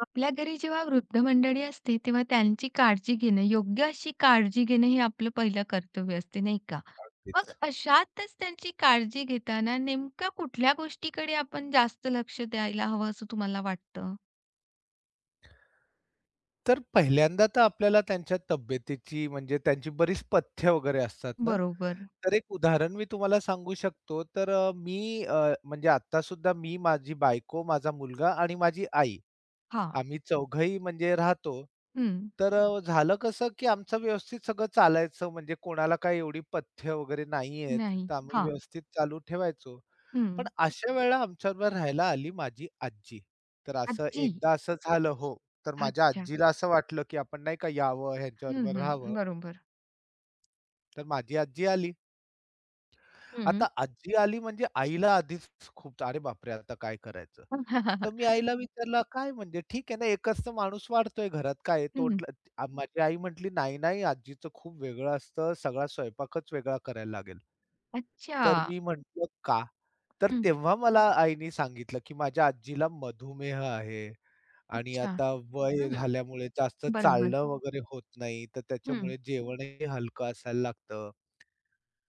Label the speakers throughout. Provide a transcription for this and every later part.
Speaker 1: आपल्या घरी जेव्हा वृद्ध मंडळी असते, तेव्हा त्यांची काळजी घेणं, योग्य अशी काळजी घेणं हे आपलं पहिलं कर्तव्य असते, नाही का? मग
Speaker 2: अगदीच.
Speaker 1: अशातच त्यांची काळजी घेताना नेमक्या कुठल्या गोष्टीकडे आपण जास्त लक्ष द्यायला हवं असं तुम्हाला वाटतं?
Speaker 2: तर पहिल्यांदा तर आपल्याला त्यांच्या तब्येतीची म्हणजे त्यांची बरीच पथ्य वगैरे असतात ना,
Speaker 1: बरोबर.
Speaker 2: तर एक उदाहरण मी तुम्हाला सांगू शकतो. तर मी म्हणजे आता सुद्धा मी, माझी बायको, माझा मुलगा आणि माझी आई
Speaker 1: हां.
Speaker 2: आम्ही चौघंही म्हणजे राहतो.
Speaker 1: हं.
Speaker 2: तर झालं कसं, की आमचं व्यवस्थित सगळं चालायचं म्हणजे कोणाला काही एवढी पथ्य वगैरे नाहीयेत,
Speaker 1: नाही.
Speaker 2: तर आम्ही
Speaker 1: हां.
Speaker 2: व्यवस्थित चालू ठेवायचो. पण
Speaker 1: हं.
Speaker 2: अशा वेळेला आमच्याबरोबर राहायला आली माझी आजी. तर असं
Speaker 1: आजी.
Speaker 2: एकदा असं झालं हो. तर माझ्या
Speaker 1: अच्छा.
Speaker 2: आजीला असं वाटलं, की आपण नाही का यावं,
Speaker 1: हं,
Speaker 2: ह्यांच्याबरोबर राहावं.
Speaker 1: हं. बरोबर.
Speaker 2: तर माझी आजी आली.
Speaker 1: हं.
Speaker 2: आता
Speaker 1: हं.
Speaker 2: आजी आली म्हणजे आईला आधीच खूप, "अरे बापरे! आता काय करायचं?" तर मी आईला विचारलं, "काय म्हणजे ठीक आहे ना, एकच तर माणूस वाढतोय घरात, काय आहे?" तोंडला माझी आई म्हटली, "नाही, नाही, आजीचं खूप वेगळं असतं, सगळा स्वयंपाकच वेगळा करायला लागेल."
Speaker 1: अच्छा.
Speaker 2: तर मी म्हटलं, "का?" तर
Speaker 1: हं.
Speaker 2: तेव्हा मला आईनी सांगितलं, की माझ्या आजीला मधुमेह आहे आणि
Speaker 1: अच्छा.
Speaker 2: आता वय
Speaker 1: हं.
Speaker 2: झाल्यामुळे जास्त
Speaker 1: बरोबर.
Speaker 2: चालणं वगैरे होत नाही, तर
Speaker 1: हं.
Speaker 2: त्याच्यामुळे जेवणही हलकं असायला लागतं.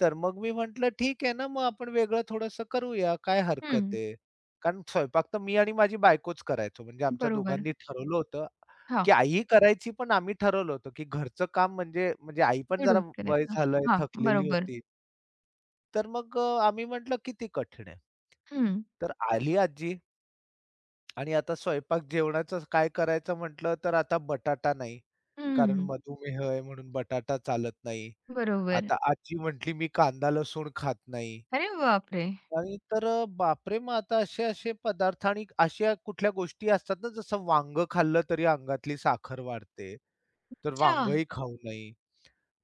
Speaker 2: तर मग मी म्हटलं, "ठीक आहे ना, मग आपण वेगळं थोडंसं करूया, काय
Speaker 1: हं.
Speaker 2: हरकत आहे." कारण स्वयंपाक तर मी आणि माझी बायकोच करायचो. म्हणजे आमच्या
Speaker 1: बरोबर.
Speaker 2: दोघांनी ठरवलं होतं,
Speaker 1: हां.
Speaker 2: की आई करायची, पण आम्ही ठरवलं होतं, की घरचं काम म्हणजे म्हणजे आई पण जरा
Speaker 1: मिळून
Speaker 2: वय
Speaker 1: करायचं.
Speaker 2: झालंय,
Speaker 1: हां,
Speaker 2: थकलेली
Speaker 1: बरोबर.
Speaker 2: होती. तर मग आम्ही म्हटलं, "किती कठीण आहे."
Speaker 1: हं,
Speaker 2: तर आली आजी आणि आता स्वयंपाक जेवणाचं काय करायचं म्हटलं, तर आता बटाटा नाही,
Speaker 1: हं,
Speaker 2: कारण
Speaker 1: हं.
Speaker 2: मधुमेह आहे म्हणून बटाटा चालत नाही.
Speaker 1: बरोबर.
Speaker 2: आता आजी म्हटली, "मी कांदा लसूण खात नाही."
Speaker 1: अरे बापरे!
Speaker 2: आणि तर बापरे! मग आता असे-असे पदार्थ आणि अशा कुठल्या गोष्टी असतात ना, जसं वांग खाल्लं तरी अंगातली साखर वाढते, तर
Speaker 1: अच्छा!
Speaker 2: वांगही खाऊ नये.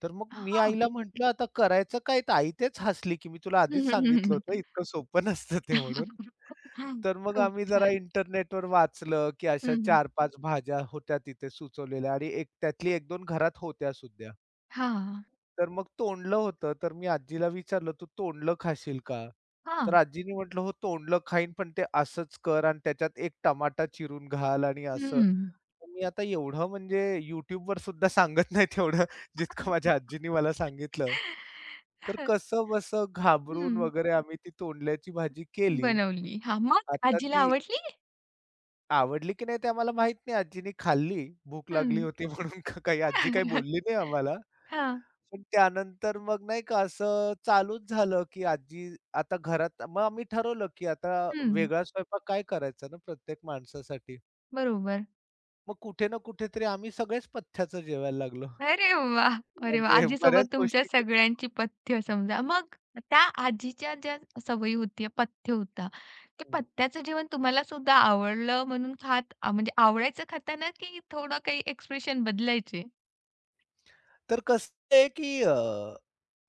Speaker 2: तर मग मी
Speaker 1: हां.
Speaker 2: आईला म्हटलं, "आता करायचं काय?" तर आई तेच हसली, की "मी तुला
Speaker 1: हं,
Speaker 2: आधीच
Speaker 1: हं, हं,
Speaker 2: सांगितलं होतं,
Speaker 1: हं.
Speaker 2: इतकं सोपं नसतं ते म्हणून." तर मग
Speaker 1: खूप
Speaker 2: आम्ही जरा
Speaker 1: छान.
Speaker 2: इंटरनेटवर वाचलं, की
Speaker 1: हं,
Speaker 2: अशा
Speaker 1: हं.
Speaker 2: चार 5 भाज्या होत्या तिथे सुचवलेल्या आणि एक त्यातली 1-2 घरात होत्या सुद्धा.
Speaker 1: हां,
Speaker 2: तर मग तोंडलं होतं. तर मी आजीला विचारलं, "तू तोंडलं खाशील का?" तर
Speaker 1: हां.
Speaker 2: आजीनी म्हटलं, "हो, तोंडलं खाईन, पण ते असंच कर आणि त्याच्यात 1 टमाटा चिरून घाल आणि असं."
Speaker 1: हं.
Speaker 2: तर मी आता एवढं म्हणजे YouTubeवर सुद्धा सांगत नाही तेवढं. जितकं माझ्या आजीनी मला सांगितलं. तर कसंबसं घाबरून वगैरे आम्ही ती तोंडल्याची भाजी केली.
Speaker 1: बनवली. हां, मग
Speaker 2: आता
Speaker 1: आजीला
Speaker 2: ती
Speaker 1: आवडली?
Speaker 2: आवडली की नाही ते आम्हाला माहीत नाही. आजीनी खाल्ली, भूक
Speaker 1: हं.
Speaker 2: लागली होती म्हणून का काही आजी काही बोलली नाही आम्हाला.
Speaker 1: हां.
Speaker 2: पण त्यानंतर मग नाही का असं चालूच झालं, की आजी आता घरात मग आम्ही ठरवलं, की आता
Speaker 1: हं.
Speaker 2: वेगळा स्वयंपाक काय करायचा ना प्रत्येक माणसासाठी.
Speaker 1: बरोबर.
Speaker 2: मग कुठे ना कुठेतरी आम्ही सगळेच पथ्याचं जेवायला लागलो.
Speaker 1: अरे वाह! अरे वाह!
Speaker 2: म्हणजे बऱ्याच
Speaker 1: आजीसोबत तुमच्या
Speaker 2: गोष्टी क
Speaker 1: सगळ्यांची पथ्य समजा. मग त्या आजीच्या ज्या सवयी होत्या, पथ्य होता, ते
Speaker 2: हं.
Speaker 1: पथ्याचं जेवण तुम्हाला सुद्धा आवडलं म्हणून खात म्हणजे आवडायचं खाताना की थोडं काही एक्सप्रेशन बदलायचे?
Speaker 2: तर कसं आहे, की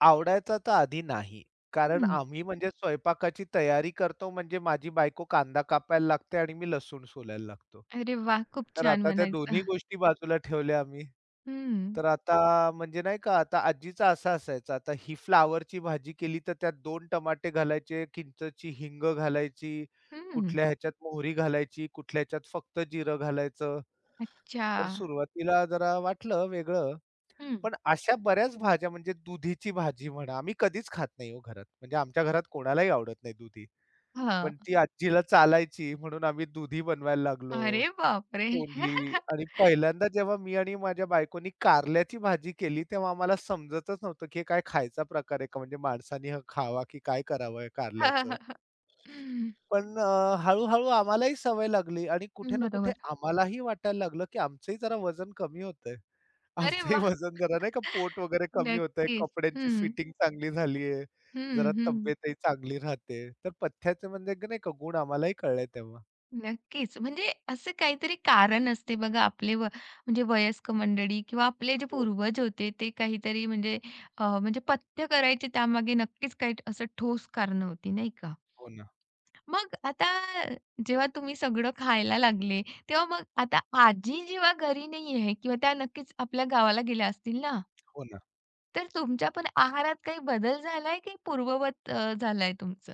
Speaker 2: आवडायचा तर आधी नाही. कारण
Speaker 1: हं.
Speaker 2: आम्ही म्हणजे स्वयंपाकाची तयारी करतो म्हणजे माझी बायको कांदा कापायला लागते आणि मी लसूण सोलायला लागतो.
Speaker 1: अरे वाह! खूप
Speaker 2: तर
Speaker 1: छान
Speaker 2: आता त्या दोन्ही
Speaker 1: म्हणायचं.
Speaker 2: गोष्टी बाजूला ठेवल्या आम्ही.
Speaker 1: हं,
Speaker 2: तर आता म्हणजे नाही का आता आजीचा असा असायचा, आता ही फ्लॉवरची भाजी केली तर त्यात 2 टमाटे घालायचे, किंचची हिंग घालायची,
Speaker 1: हं.
Speaker 2: कुठल्या ह्याच्यात मोहरी घालायची, कुठल्या ह्याच्यात फक्त जिरं घालायचं.
Speaker 1: अच्छा.
Speaker 2: तर सुरुवातीला जरा वाटलं वेगळं.
Speaker 1: हं.
Speaker 2: पण अशा बऱ्याच भाज्या म्हणजे दुधीची भाजी म्हणा, आम्ही कधीच खात नाही हो घरात. म्हणजे आमच्या घरात कोणालाही आवडत नाही दुधी.
Speaker 1: हां.
Speaker 2: पण ती आजीला चालायची म्हणून आम्ही दुधी बनवायला लागलो,
Speaker 1: अरे बापरे!
Speaker 2: तोंडली आणि पहिल्यांदा जेव्हा मी आणि माझ्या बायकोनी कारल्याची भाजी केली, तेव्हा आम्हाला समजतच नव्हतं, की हे काय खायचा प्रकार आहे का? म्हणजे माणसाने हा खावा की काय करावं कारल्याचं? पण हळू आम्हालाही सवय लागली आणि कुठे
Speaker 1: हं,
Speaker 2: ना कुठे
Speaker 1: बरोबर.
Speaker 2: आम्हालाही वाटायला लागलं, की आमचंही जरा वजन कमी होतंय.
Speaker 1: अरे
Speaker 2: आमचंही
Speaker 1: वाह!
Speaker 2: वजन जरा नाही का पोट वगैरे कमी होतंय,
Speaker 1: नक्कीच.
Speaker 2: कपड्यांची
Speaker 1: हं,
Speaker 2: फिटिंग चांगली झालीये,
Speaker 1: हं,
Speaker 2: जरा
Speaker 1: हं.
Speaker 2: तब्येतही चांगली राहते. तर पथ्याचे म्हणजे नाही का गुण आम्हालाही कळले तेव्हा.
Speaker 1: नक्कीच. म्हणजे असं काहीतरी कारण असते बघा आपले व म्हणजे वयस्क मंडळी किंवा आपले जे
Speaker 2: हो,
Speaker 1: पूर्वज होते ते काहीतरी म्हणजे म्हणजे पथ्य करायचे त्यामागे नक्कीच काही असं ठोस कारणं होती, नाही का?
Speaker 2: हो ना,
Speaker 1: मग आता जेव्हा तुम्ही सगळं खायला लागले, तेव्हा मग आता आजी जेव्हा घरी नाही आहे किंवा त्या नक्कीच आपल्या गावाला गेल्या असतील ना,
Speaker 2: हो ना.
Speaker 1: तर तुमच्या पण आहारात काही बदल झालाय की पूर्ववत झालाय तुमचं?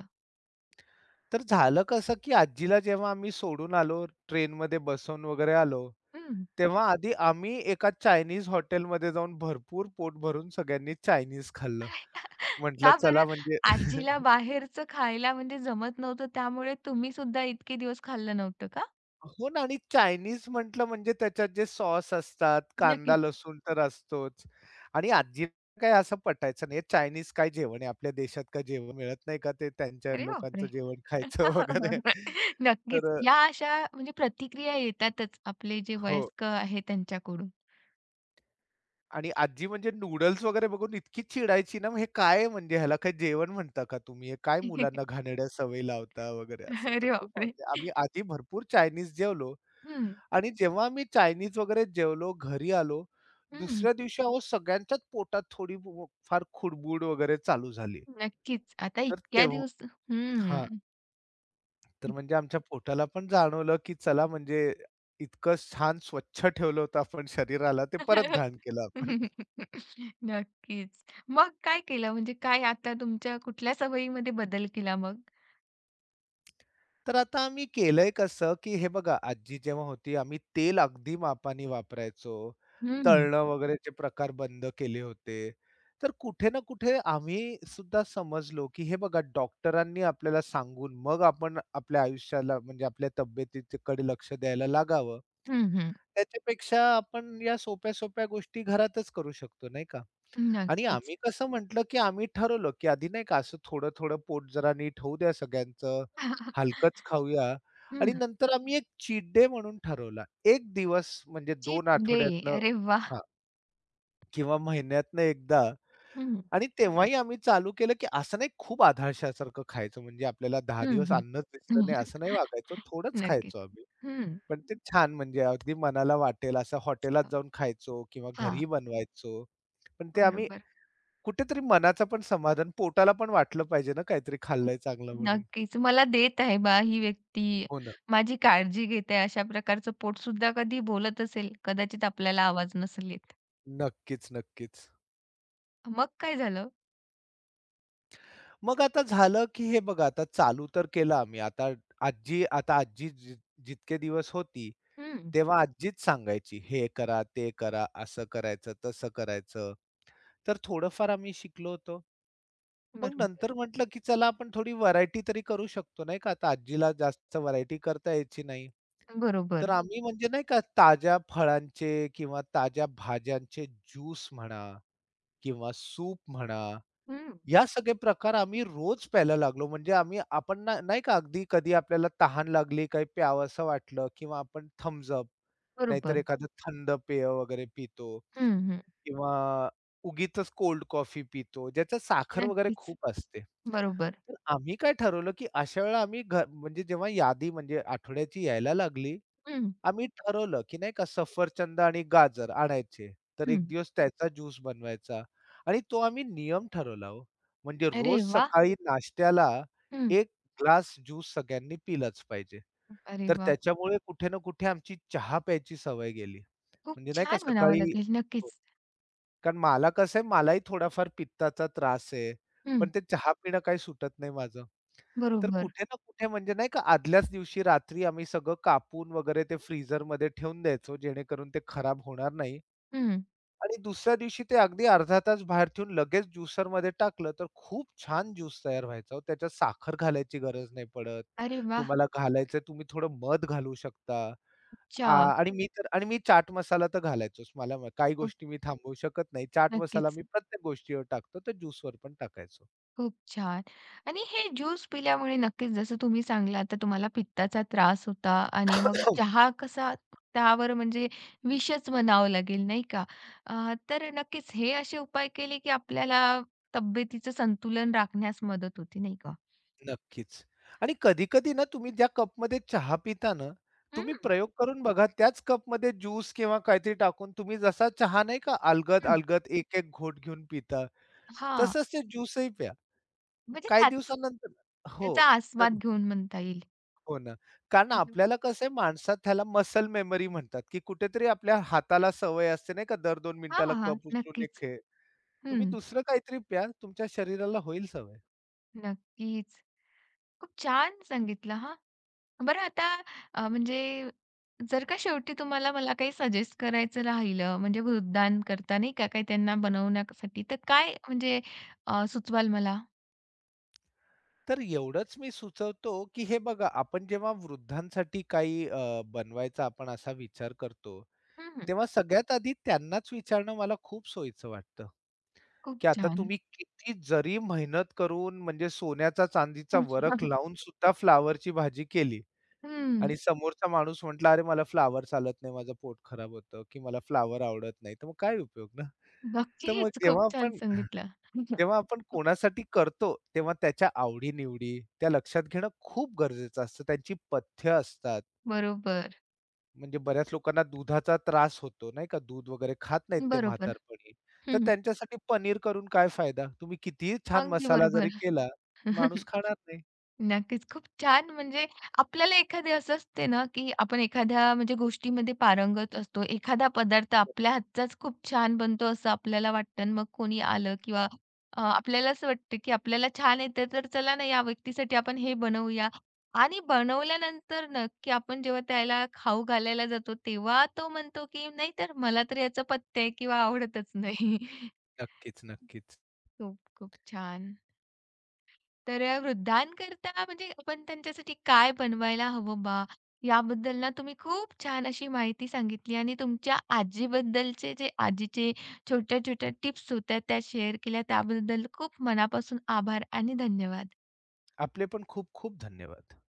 Speaker 2: तर झालं कसं, की आजीला जेव्हा आम्ही सोडून आलो, ट्रेनमध्ये बसवून वगैरे आलो, तेव्हा आधी आम्ही एका चायनीज हॉटेलमध्ये जाऊन भरपूर पोट भरून सगळ्यांनी चायनीज खाल्लं. म्हटलं
Speaker 1: का बरं?
Speaker 2: चला म्हणजे
Speaker 1: आजीला बाहेरचं खायला म्हणजे जमत नव्हतं, त्यामुळे तुम्ही सुद्धा इतके दिवस खाल्लं नव्हतं का?
Speaker 2: हो ना आणि चायनीज म्हटलं म्हणजे त्याच्यात जे सॉस असतात, कांदा,
Speaker 1: नक्कीच.
Speaker 2: लसूण तर असतोच. आणि आजीला काही असं पटायचं नाही, चायनीज काय जेवण आहे, आपल्या देशात काय जेवण मिळत नाही का? ते त्यांच्या
Speaker 1: अरे
Speaker 2: लोकांचं
Speaker 1: बापरे!
Speaker 2: जेवण खायचं वगैरे.
Speaker 1: नक्कीच.
Speaker 2: तर
Speaker 1: या अशा म्हणजे प्रतिक्रिया येतातच आपले जे
Speaker 2: हो.
Speaker 1: वयस्क आहे त्यांच्याकडून.
Speaker 2: आणि आजी म्हणजे नूडल्स वगैरे बघून इतकी चिडायची ना, हे काय आहे म्हणजे ह्याला काय जेवण म्हणता का तुम्ही? हे काय मुलांना घाणेरड्या सवयी लावता वगैरे असं. तर
Speaker 1: अरे
Speaker 2: खूप
Speaker 1: बापरे!
Speaker 2: म्हणजे आम्ही आधी भरपूर चायनीज जेवलो.
Speaker 1: हं,
Speaker 2: आणि जेव्हा आम्ही चायनीज वगैरे जेवलो, घरी आलो,
Speaker 1: हं.
Speaker 2: दुसऱ्या दिवशी अहो सगळ्यांच्याच पोटात थोडी फार खुडबुड वगैरे चालू झाली.
Speaker 1: नक्कीच. आता
Speaker 2: तर
Speaker 1: इतक्या
Speaker 2: तेव्हा
Speaker 1: दिवस हं.
Speaker 2: हां, तर म्हणजे आमच्या पोटाला पण जाणवलं, की चला म्हणजे इतकं छान स्वच्छ ठेवलं होतं आपण शरीराला, ते परत घाण केलं आपण.
Speaker 1: नक्कीच. मग काय केलं? म्हणजे काय आता तुमच्या कुठल्या सवयीमध्ये बदल केला मग?
Speaker 2: तर आता आम्ही केलंय कसं, की हे बघा आजी जेव्हा होती आम्ही तेल अगदी मापाने वापरायचो.
Speaker 1: हं.
Speaker 2: तळणं वगैरेचे प्रकार बंद केले होते. तर कुठे ना कुठे आम्ही सुद्धा समजलो, की हे बघा डॉक्टरांनी आपल्याला सांगून मग आपण आपल्या आयुष्याला म्हणजे आपल्या तब्येतीकडे लक्ष द्यायला लागावं.
Speaker 1: हं, हं.
Speaker 2: त्याच्यापेक्षा आपण या सोप्या-सोप्या गोष्टी घरातच करू शकतो नाही का? आणि
Speaker 1: नक्कीच.
Speaker 2: आम्ही कसं म्हटलं, की आम्ही ठरवलं, की आधी नाही का असं थोडं-थोडं पोट जरा नीट होऊ द्या सगळ्यांचं, हलकंच खाऊया आणि
Speaker 1: हं.
Speaker 2: नंतर आम्ही एक चीट डे म्हणून ठरवला. 1 दिवस म्हणजे
Speaker 1: चीट
Speaker 2: 2
Speaker 1: डे.
Speaker 2: आठवड्यातनं
Speaker 1: अरे वाह!
Speaker 2: हां, किंवा महिन्यातनं एकदा
Speaker 1: हं.
Speaker 2: आणि तेव्हाही आम्ही चालू केलं, की असं नाही खूप आधारशासारखं खायचं म्हणजे आपल्याला 10
Speaker 1: हं,
Speaker 2: दिवस
Speaker 1: हं.
Speaker 2: अन्नच दिसलं नाही असं नाही वागायचो. थोडंच
Speaker 1: नक्कीच.
Speaker 2: खायचो आम्ही.
Speaker 1: हं.
Speaker 2: पण ते छान म्हणजे अगदी मनाला वाटेल असं हॉटेलात
Speaker 1: हां,
Speaker 2: जाऊन खायचो किंवा घरी बनवायचो. पण ते आम्ही
Speaker 1: बरोबर.
Speaker 2: कुठेतरी मनाचं पण समाधान, पोटाला पण वाटलं पाहिजे ना काहीतरी खाल्लंय चांगलं म्हणून.
Speaker 1: नक्कीच. मला देत आहे बा ही व्यक्ती,
Speaker 2: हो ना.
Speaker 1: माझी काळजी घेते अशा प्रकारचं पोट सुद्धा कधी बोलत असेल, कदाचित आपल्याला आवाज नसेल येत.
Speaker 2: नक्कीच, नक्कीच.
Speaker 1: मग काय झालं?
Speaker 2: मग आता झालं, की हे बघा आता चालू तर केलं आम्ही. आता आजी आता आजी जि जितके दिवस होती,
Speaker 1: हं.
Speaker 2: तेव्हा आजीच सांगायची, "हे करा, ते करा, असं करायचं, तसं करायचं." तर थोडंफार आम्ही शिकलो होतो. मग
Speaker 1: बरोबर.
Speaker 2: नंतर म्हटलं, की चला आपण थोडी व्हरायटी तरी करू शकतो नाही का? आता आजीला जास्त व्हरायटी करता यायची नाही. तर
Speaker 1: बरोबर.
Speaker 2: हं. आम्ही म्हणजे नाही का ताज्या फळांचे किंवा ताज्या भाज्यांचे ज्यूस म्हणा किंवा सूप म्हणा,
Speaker 1: हं.
Speaker 2: या सगळे प्रकार आम्ही रोज प्यायला लागलो. म्हणजे आम्ही आपण ना नाही का अगदी कधी आपल्याला तहान लागली, काही प्यावसं वाटलं किंवा आपण Thums Up नाहीतर
Speaker 1: बरोबर.
Speaker 2: एखादं थंड पेय वगैरे पितो
Speaker 1: हं, हं.
Speaker 2: किंवा उगीचच कोल्ड कॉफी पितो, ज्याच्यात साखर वगैरे
Speaker 1: नक्कीच.
Speaker 2: खूप असते.
Speaker 1: बरोबर.
Speaker 2: तर आम्ही काय ठरवलं, की अशा वेळेला आम्ही म्हणजे जेव्हा यादी म्हणजे आठवड्याची यायला लागली,
Speaker 1: हं,
Speaker 2: आम्ही ठरवलं, की नाही का सफरचंद आणि गाजर आणायचे. तर
Speaker 1: हं.
Speaker 2: एक दिवस त्याचा ज्यूस बनवायचा आणि तो आम्ही नियम ठरवला हो. म्हणजे रोज
Speaker 1: अरे वाह!
Speaker 2: सकाळी नाश्त्याला
Speaker 1: हं.
Speaker 2: एक ग्लास ज्यूस सगळ्यांनी पिलाच पाहिजे.
Speaker 1: अरे
Speaker 2: तर
Speaker 1: वाह!
Speaker 2: त्याच्यामुळे कुठे ना कुठे आमची चहा प्यायची सवय गेली.
Speaker 1: खूप
Speaker 2: म्हणजे नाही का
Speaker 1: छान म्हणावं
Speaker 2: सकाळी
Speaker 1: लागेल. नक्कीच.
Speaker 2: कारण मला कसं आहे, मलाही थोडाफार पित्ताचा त्रास आहे.
Speaker 1: हं,
Speaker 2: पण ते चहा पिणं काही सुटत नाही माझं. तर
Speaker 1: बरोबर.
Speaker 2: कुठे ना कुठे म्हणजे नाही का आदल्याच दिवशी रात्री आम्ही सगळं कापून वगैरे ते फ्रीझरमध्ये ठेवून द्यायचो, जेणेकरून ते खराब होणार नाही
Speaker 1: हं.
Speaker 2: आणि दुसऱ्या दिवशी ते अगदी अर्धा तास बाहेर ठेवून लगेच ज्युसरमध्ये टाकलं, तर खूप छान ज्यूस तयार व्हायचा हो. त्याच्यात साखर घालायची गरज नाही पडत.
Speaker 1: अरे वाह!
Speaker 2: तुम्हाला घालायचंय, तुम्ही थोडं मध घालू शकता. आ,
Speaker 1: छान.
Speaker 2: आणि मी चाट मसाला तर घालायचोच. मला काही
Speaker 1: खूप
Speaker 2: गोष्टी मी थांबवू शकत नाही. चाट मसाला
Speaker 1: नक्कीच.
Speaker 2: मी प्रत्येक गोष्टीवर टाकतो, तर ज्यूसवर पण टाकायचो.
Speaker 1: खूप छान. आणि हे ज्यूस पिल्यामुळे नक्कीच जसं तुम्ही सांगलात, आता तुम्हाला पित्ताचा त्रास होता आणि मग चहा कसा त्यावर म्हणजे विषच म्हणावं लागेल, नाही का? अ, तर नक्कीच हे असे उपाय केले, की आपल्याला तब्येतीचं संतुलन राखण्यास मदत होते, नाही का?
Speaker 2: नक्कीच. आणि कधी-कधी ना तुम्ही ज्या कपमध्ये चहा पिता ना, तुम्ही
Speaker 1: हं,
Speaker 2: प्रयोग करून बघा त्याच कपमध्ये ज्यूस किंवा काहीतरी टाकून तुम्ही जसा चहा नाही का
Speaker 1: हं.
Speaker 2: अलगद-अलगद एक-एक घोट घेऊन पिता,
Speaker 1: हां,
Speaker 2: तसंच ते ज्यूसही प्या.
Speaker 1: म्हणजे
Speaker 2: काही
Speaker 1: त्याच
Speaker 2: दिवसानंतर हो.
Speaker 1: त्याचा
Speaker 2: तर
Speaker 1: आस्वाद घेऊन म्हणता येईल.
Speaker 2: हो ना. कारण
Speaker 1: अरे वाह!
Speaker 2: आपल्याला कसं आहे माणसात त्याला मसल मेमरी म्हणतात, की कुठेतरी आपल्या हाताला सवय असते नाही का दर 2
Speaker 1: हां,
Speaker 2: मिनिटाला
Speaker 1: हां.
Speaker 2: कप उचलून
Speaker 1: नक्कीच.
Speaker 2: एक हे. तुम्ही
Speaker 1: हं.
Speaker 2: दुसरं काहीतरी प्या, तुमच्या शरीराला होईल सवय.
Speaker 1: नक्कीच. खूप छान सांगितलं हां. बरं आता म्हणजे जर का शेवटी तुम्हाला मला काही सजेस्ट करायचं राहिलं, म्हणजे वृद्धदान करता नाही का, काही त्यांना बनवण्यासाठी, तर काय म्हणजे सुचवाल मला?
Speaker 2: तर एवढंच मी सुचवतो, की हे बघा आपण जेव्हा वृद्धांसाठी काही बनवायचा आपण असा विचार करतो,
Speaker 1: हं, हं.
Speaker 2: तेव्हा सगळ्यात आधी त्यांनाच विचारणं मला खूप सोयीचं वाटतं,
Speaker 1: खूप
Speaker 2: की आता
Speaker 1: छान.
Speaker 2: तुम्ही किती जरी मेहनत करून म्हणजे सोन्याचा चांदीचा वरख लावून सुद्धा फ्लॉवरची भाजी केली.
Speaker 1: हं.
Speaker 2: आणि समोरचा माणूस म्हटला, "अरे मला फ्लॉवर चालत नाही, माझं पोट खराब होतं की मला फ्लावर आवडत नाही." तर मग काय उपयोग ना? तर मग
Speaker 1: नक्कीच. खूप
Speaker 2: जेव्हा
Speaker 1: छान
Speaker 2: आपण
Speaker 1: सांगितलं.
Speaker 2: जेव्हा आपण कोणासाठी करतो, तेव्हा त्याच्या आवडी-निवडी त्या लक्षात घेणं खूप गरजेचं असतं. त्यांची पथ्य असतात.
Speaker 1: बरोबर,
Speaker 2: म्हणजे बऱ्याच लोकांना दुधाचा त्रास होतो नाही का? दूध वगैरे खात नाहीत ते
Speaker 1: बरोबर.
Speaker 2: म्हातारपणी. तर
Speaker 1: हं,
Speaker 2: त्यांच्यासाठी पनीर करून काय फायदा? तुम्ही कितीही छान
Speaker 1: अगदी
Speaker 2: मसाला
Speaker 1: बरोबर.
Speaker 2: जरी केला, माणूस खाणार नाही.
Speaker 1: नक्कीच. खूप छान म्हणजे आपल्याला एखादे असं असते ना, की आपण एखाद्या म्हणजे गोष्टीमध्ये पारंगत असतो. एखादा पदार्थ आपल्या हातचाच खूप छान बनतो असं आपल्याला वाटतं आणि मग कोणी आलं किंवा आपल्याला असं वाटतं, की आपल्याला छान येतं तर चला ना या व्यक्तीसाठी आपण हे बनवूया. आणि बनवल्यानंतर नक्की आपण जेव्हा त्याला खाऊ घालायला जातो तेव्हा तो म्हणतो, की नाही तर मला तर याचा पत्ते किंवा आवडतच नाही.
Speaker 2: नक्कीच, नक्कीच.
Speaker 1: खूप, खूप छान. तर वृद्धांकरता म्हणजे आपण त्यांच्यासाठी काय बनवायला हवं बा, याबद्दल ना तुम्ही खूप छान अशी माहिती सांगितली आणि तुमच्या आजीबद्दलचे जे आजीचे छोट्या-छोट्या टिप्स होत्या त्या शेअर केल्या त्याबद्दल खूप मनापासून आभार आणि धन्यवाद.
Speaker 2: आपले पण खूप खूप धन्यवाद.